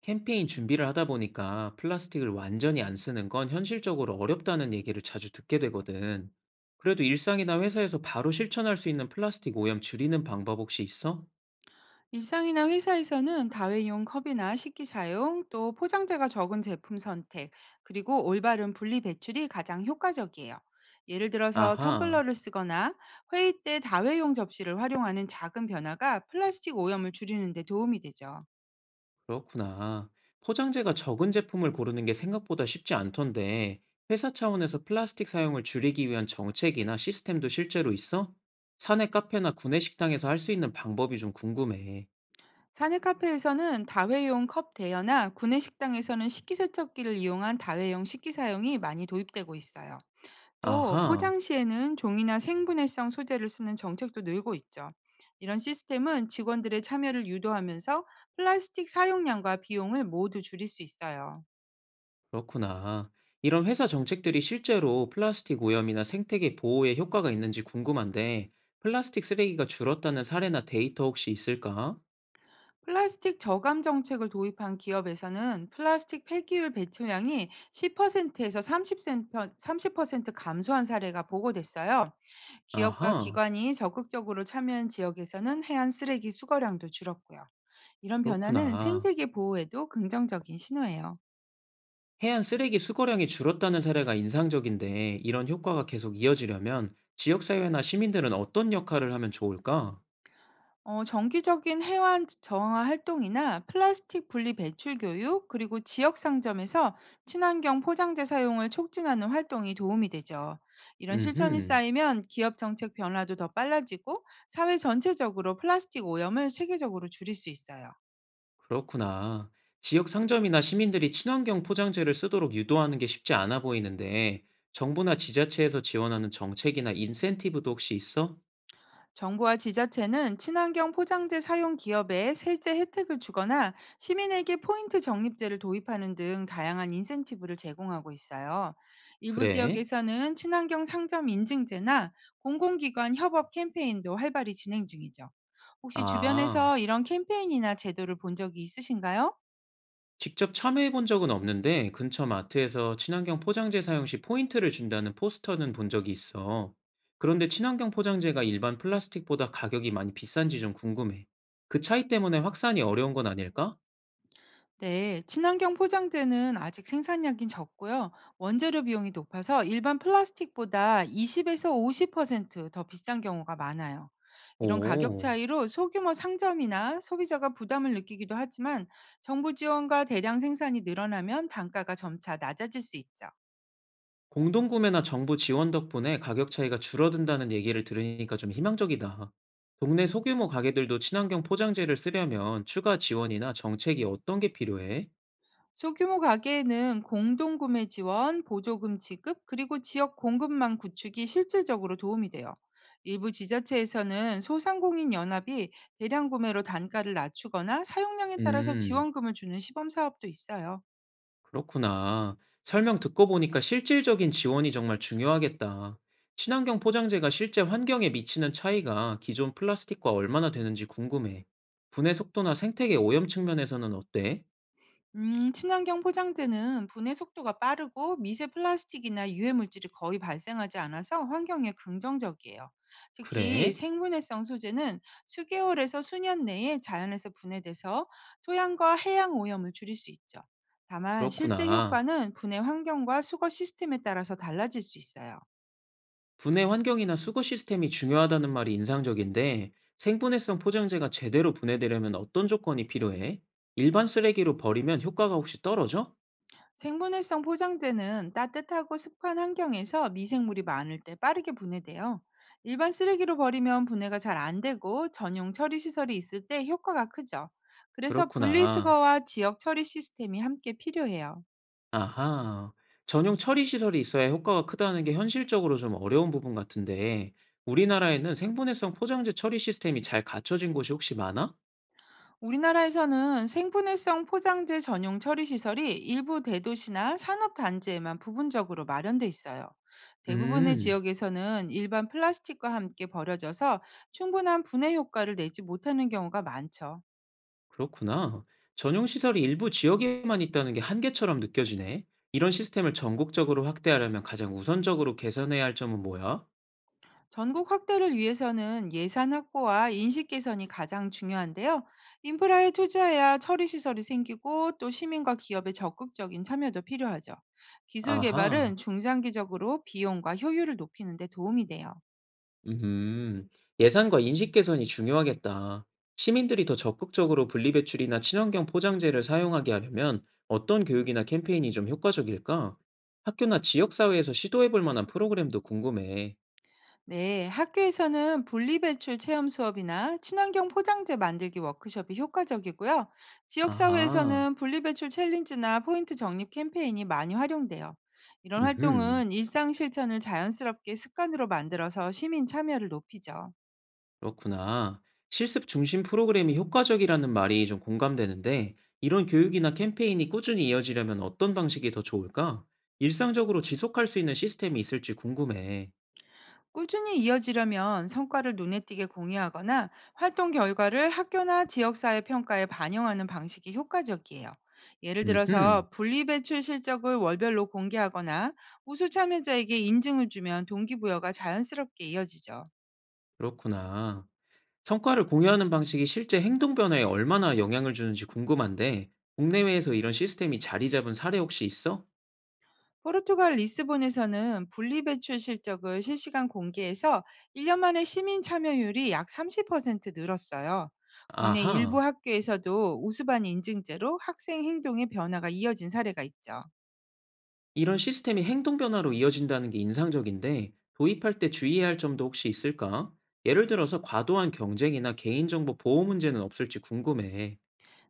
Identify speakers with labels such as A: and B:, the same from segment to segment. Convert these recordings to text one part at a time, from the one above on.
A: 캠페인 준비를 하다 보니까 플라스틱을 완전히 안 쓰는 건 현실적으로 어렵다는 얘기를 자주 듣게 되거든. 그래도 일상이나 회사에서 바로 실천할 수 있는 플라스틱 오염 줄이는 방법 혹시 있어?
B: 일상이나 회사에서는 다회용 컵이나 식기 사용, 또 포장재가 적은 제품 선택, 그리고 올바른 분리 배출이 가장 효과적이에요. 예를 들어서
A: 아하,
B: 텀블러를 쓰거나 회의 때 다회용 접시를 활용하는 작은 변화가 플라스틱 오염을 줄이는 데 도움이 되죠.
A: 그렇구나. 포장재가 적은 제품을 고르는 게 생각보다 쉽지 않던데, 회사 차원에서 플라스틱 사용을 줄이기 위한 정책이나 시스템도 실제로 있어? 사내 카페나 구내 식당에서 할 수 있는 방법이 좀 궁금해.
B: 사내 카페에서는 다회용 컵 대여나 구내 식당에서는 식기세척기를 이용한 다회용 식기 사용이 많이 도입되고 있어요. 또
A: 아하.
B: 포장시에는 종이나 생분해성 소재를 쓰는 정책도 늘고 있죠. 이런 시스템은 직원들의 참여를 유도하면서 플라스틱 사용량과 비용을 모두 줄일 수 있어요.
A: 그렇구나. 이런 회사 정책들이 실제로 플라스틱 오염이나 생태계 보호에 효과가 있는지 궁금한데, 플라스틱 쓰레기가 줄었다는 사례나 데이터 혹시 있을까?
B: 플라스틱 저감 정책을 도입한 기업에서는 플라스틱 폐기율 배출량이 10%에서 30% 감소한 사례가 보고됐어요. 기업과
A: 아하,
B: 기관이 적극적으로 참여한 지역에서는 해안 쓰레기 수거량도 줄었고요. 이런 변화는
A: 그렇구나.
B: 생태계 보호에도 긍정적인 신호예요.
A: 해안 쓰레기 수거량이 줄었다는 사례가 인상적인데, 이런 효과가 계속 이어지려면 지역사회나 시민들은 어떤 역할을 하면 좋을까?
B: 정기적인 해완 정화 활동이나 플라스틱 분리 배출 교육, 그리고 지역 상점에서 친환경 포장재 사용을 촉진하는 활동이 도움이 되죠. 이런 실천이
A: 음흠.
B: 쌓이면 기업 정책 변화도 더 빨라지고 사회 전체적으로 플라스틱 오염을 체계적으로 줄일 수 있어요.
A: 그렇구나. 지역 상점이나 시민들이 친환경 포장재를 쓰도록 유도하는 게 쉽지 않아 보이는데, 정부나 지자체에서 지원하는 정책이나 인센티브도 혹시 있어?
B: 정부와 지자체는 친환경 포장재 사용 기업에 세제 혜택을 주거나 시민에게 포인트 적립제를 도입하는 등 다양한 인센티브를 제공하고 있어요. 일부
A: 그래?
B: 지역에서는 친환경 상점 인증제나 공공기관 협업 캠페인도 활발히 진행 중이죠. 혹시
A: 아,
B: 주변에서 이런 캠페인이나 제도를 본 적이 있으신가요?
A: 직접 참여해 본 적은 없는데, 근처 마트에서 친환경 포장재 사용 시 포인트를 준다는 포스터는 본 적이 있어. 그런데 친환경 포장재가 일반 플라스틱보다 가격이 많이 비싼지 좀 궁금해. 그 차이 때문에 확산이 어려운 건 아닐까?
B: 네, 친환경 포장재는 아직 생산량이 적고요. 원재료 비용이 높아서 일반 플라스틱보다 20에서 50%더 비싼 경우가 많아요. 이런 가격
A: 오.
B: 차이로 소규모 상점이나 소비자가 부담을 느끼기도 하지만 정부 지원과 대량 생산이 늘어나면 단가가 점차 낮아질 수 있죠.
A: 공동구매나 정부 지원 덕분에 가격 차이가 줄어든다는 얘기를 들으니까 좀 희망적이다. 동네 소규모 가게들도 친환경 포장재를 쓰려면 추가 지원이나 정책이 어떤 게 필요해?
B: 소규모 가게에는 공동구매 지원, 보조금 지급, 그리고 지역 공급망 구축이 실질적으로 도움이 돼요. 일부 지자체에서는 소상공인 연합이 대량 구매로 단가를 낮추거나 사용량에 따라서
A: 음,
B: 지원금을 주는 시범 사업도 있어요.
A: 그렇구나. 설명 듣고 보니까 실질적인 지원이 정말 중요하겠다. 친환경 포장재가 실제 환경에 미치는 차이가 기존 플라스틱과 얼마나 되는지 궁금해. 분해 속도나 생태계 오염 측면에서는 어때?
B: 친환경 포장재는 분해 속도가 빠르고 미세 플라스틱이나 유해 물질이 거의 발생하지 않아서 환경에 긍정적이에요. 특히
A: 그래?
B: 생분해성 소재는 수개월에서 수년 내에 자연에서 분해돼서 토양과 해양 오염을 줄일 수 있죠. 다만 실제
A: 그렇구나.
B: 효과는 분해 환경과 수거 시스템에 따라서 달라질 수 있어요.
A: 분해 환경이나 수거 시스템이 중요하다는 말이 인상적인데 생분해성 포장재가 제대로 분해되려면 어떤 조건이 필요해? 일반 쓰레기로 버리면 효과가 혹시 떨어져?
B: 생분해성 포장재는 따뜻하고 습한 환경에서 미생물이 많을 때 빠르게 분해돼요. 일반 쓰레기로 버리면 분해가 잘 안 되고 전용 처리 시설이 있을 때 효과가 크죠. 그래서
A: 그렇구나.
B: 분리수거와 지역 처리 시스템이 함께 필요해요.
A: 아하. 전용 처리 시설이 있어야 효과가 크다는 게 현실적으로 좀 어려운 부분 같은데 우리나라에는 생분해성 포장재 처리 시스템이 잘 갖춰진 곳이 혹시 많아?
B: 우리나라에서는 생분해성 포장재 전용 처리 시설이 일부 대도시나 산업 단지에만 부분적으로 마련돼 있어요. 대부분의
A: 음.
B: 지역에서는 일반 플라스틱과 함께 버려져서 충분한 분해 효과를 내지 못하는 경우가 많죠.
A: 그렇구나. 전용 시설이 일부 지역에만 있다는 게 한계처럼 느껴지네. 이런 시스템을 전국적으로 확대하려면 가장 우선적으로 개선해야 할 점은 뭐야?
B: 전국 확대를 위해서는 예산 확보와 인식 개선이 가장 중요한데요. 인프라에 투자해야 처리 시설이 생기고 또 시민과 기업의 적극적인 참여도 필요하죠. 기술
A: 아하.
B: 개발은 중장기적으로 비용과 효율을 높이는 데 도움이 돼요.
A: 음. 예산과 인식 개선이 중요하겠다. 시민들이 더 적극적으로 분리배출이나 친환경 포장재를 사용하게 하려면 어떤 교육이나 캠페인이 좀 효과적일까? 학교나 지역사회에서 시도해 볼 만한 프로그램도 궁금해.
B: 네, 학교에서는 분리배출 체험 수업이나 친환경 포장재 만들기 워크숍이 효과적이고요.
A: 아하.
B: 지역사회에서는 분리배출 챌린지나 포인트 적립 캠페인이 많이 활용돼요. 이런
A: 음흠.
B: 활동은 일상 실천을 자연스럽게 습관으로 만들어서 시민 참여를 높이죠.
A: 그렇구나. 실습 중심 프로그램이 효과적이라는 말이 좀 공감되는데, 이런 교육이나 캠페인이 꾸준히 이어지려면 어떤 방식이 더 좋을까? 일상적으로 지속할 수 있는 시스템이 있을지 궁금해.
B: 꾸준히 이어지려면 성과를 눈에 띄게 공유하거나 활동 결과를 학교나 지역사회 평가에 반영하는 방식이 효과적이에요. 예를
A: 음흠,
B: 들어서 분리배출 실적을 월별로 공개하거나 우수 참여자에게 인증을 주면 동기부여가 자연스럽게 이어지죠.
A: 그렇구나. 성과를 공유하는 방식이 실제 행동 변화에 얼마나 영향을 주는지 궁금한데, 국내외에서 이런 시스템이 자리 잡은 사례 혹시 있어?
B: 포르투갈 리스본에서는 분리배출 실적을 실시간 공개해서 1년 만에 시민 참여율이 약 30% 늘었어요. 국내 일부
A: 아하.
B: 학교에서도 우수반 인증제로 학생 행동의 변화가 이어진 사례가 있죠.
A: 이런 시스템이 행동 변화로 이어진다는 게 인상적인데 도입할 때 주의해야 할 점도 혹시 있을까? 예를 들어서 과도한 경쟁이나 개인정보 보호 문제는 없을지 궁금해.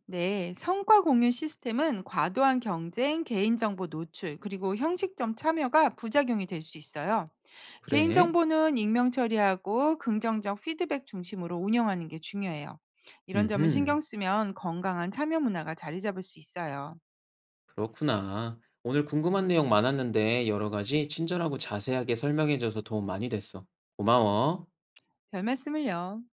B: 네, 성과 공유 시스템은 과도한 경쟁, 개인정보 노출, 그리고 형식점 참여가 부작용이 될 수 있어요.
A: 그래?
B: 개인정보는 익명 처리하고 긍정적 피드백 중심으로 운영하는 게 중요해요. 이런 점을
A: 음흠,
B: 신경 쓰면 건강한 참여 문화가 자리 잡을 수 있어요.
A: 그렇구나. 오늘 궁금한 내용 많았는데 여러 가지 친절하고 자세하게 설명해줘서 도움 많이 됐어. 고마워.
B: 별 말씀을요.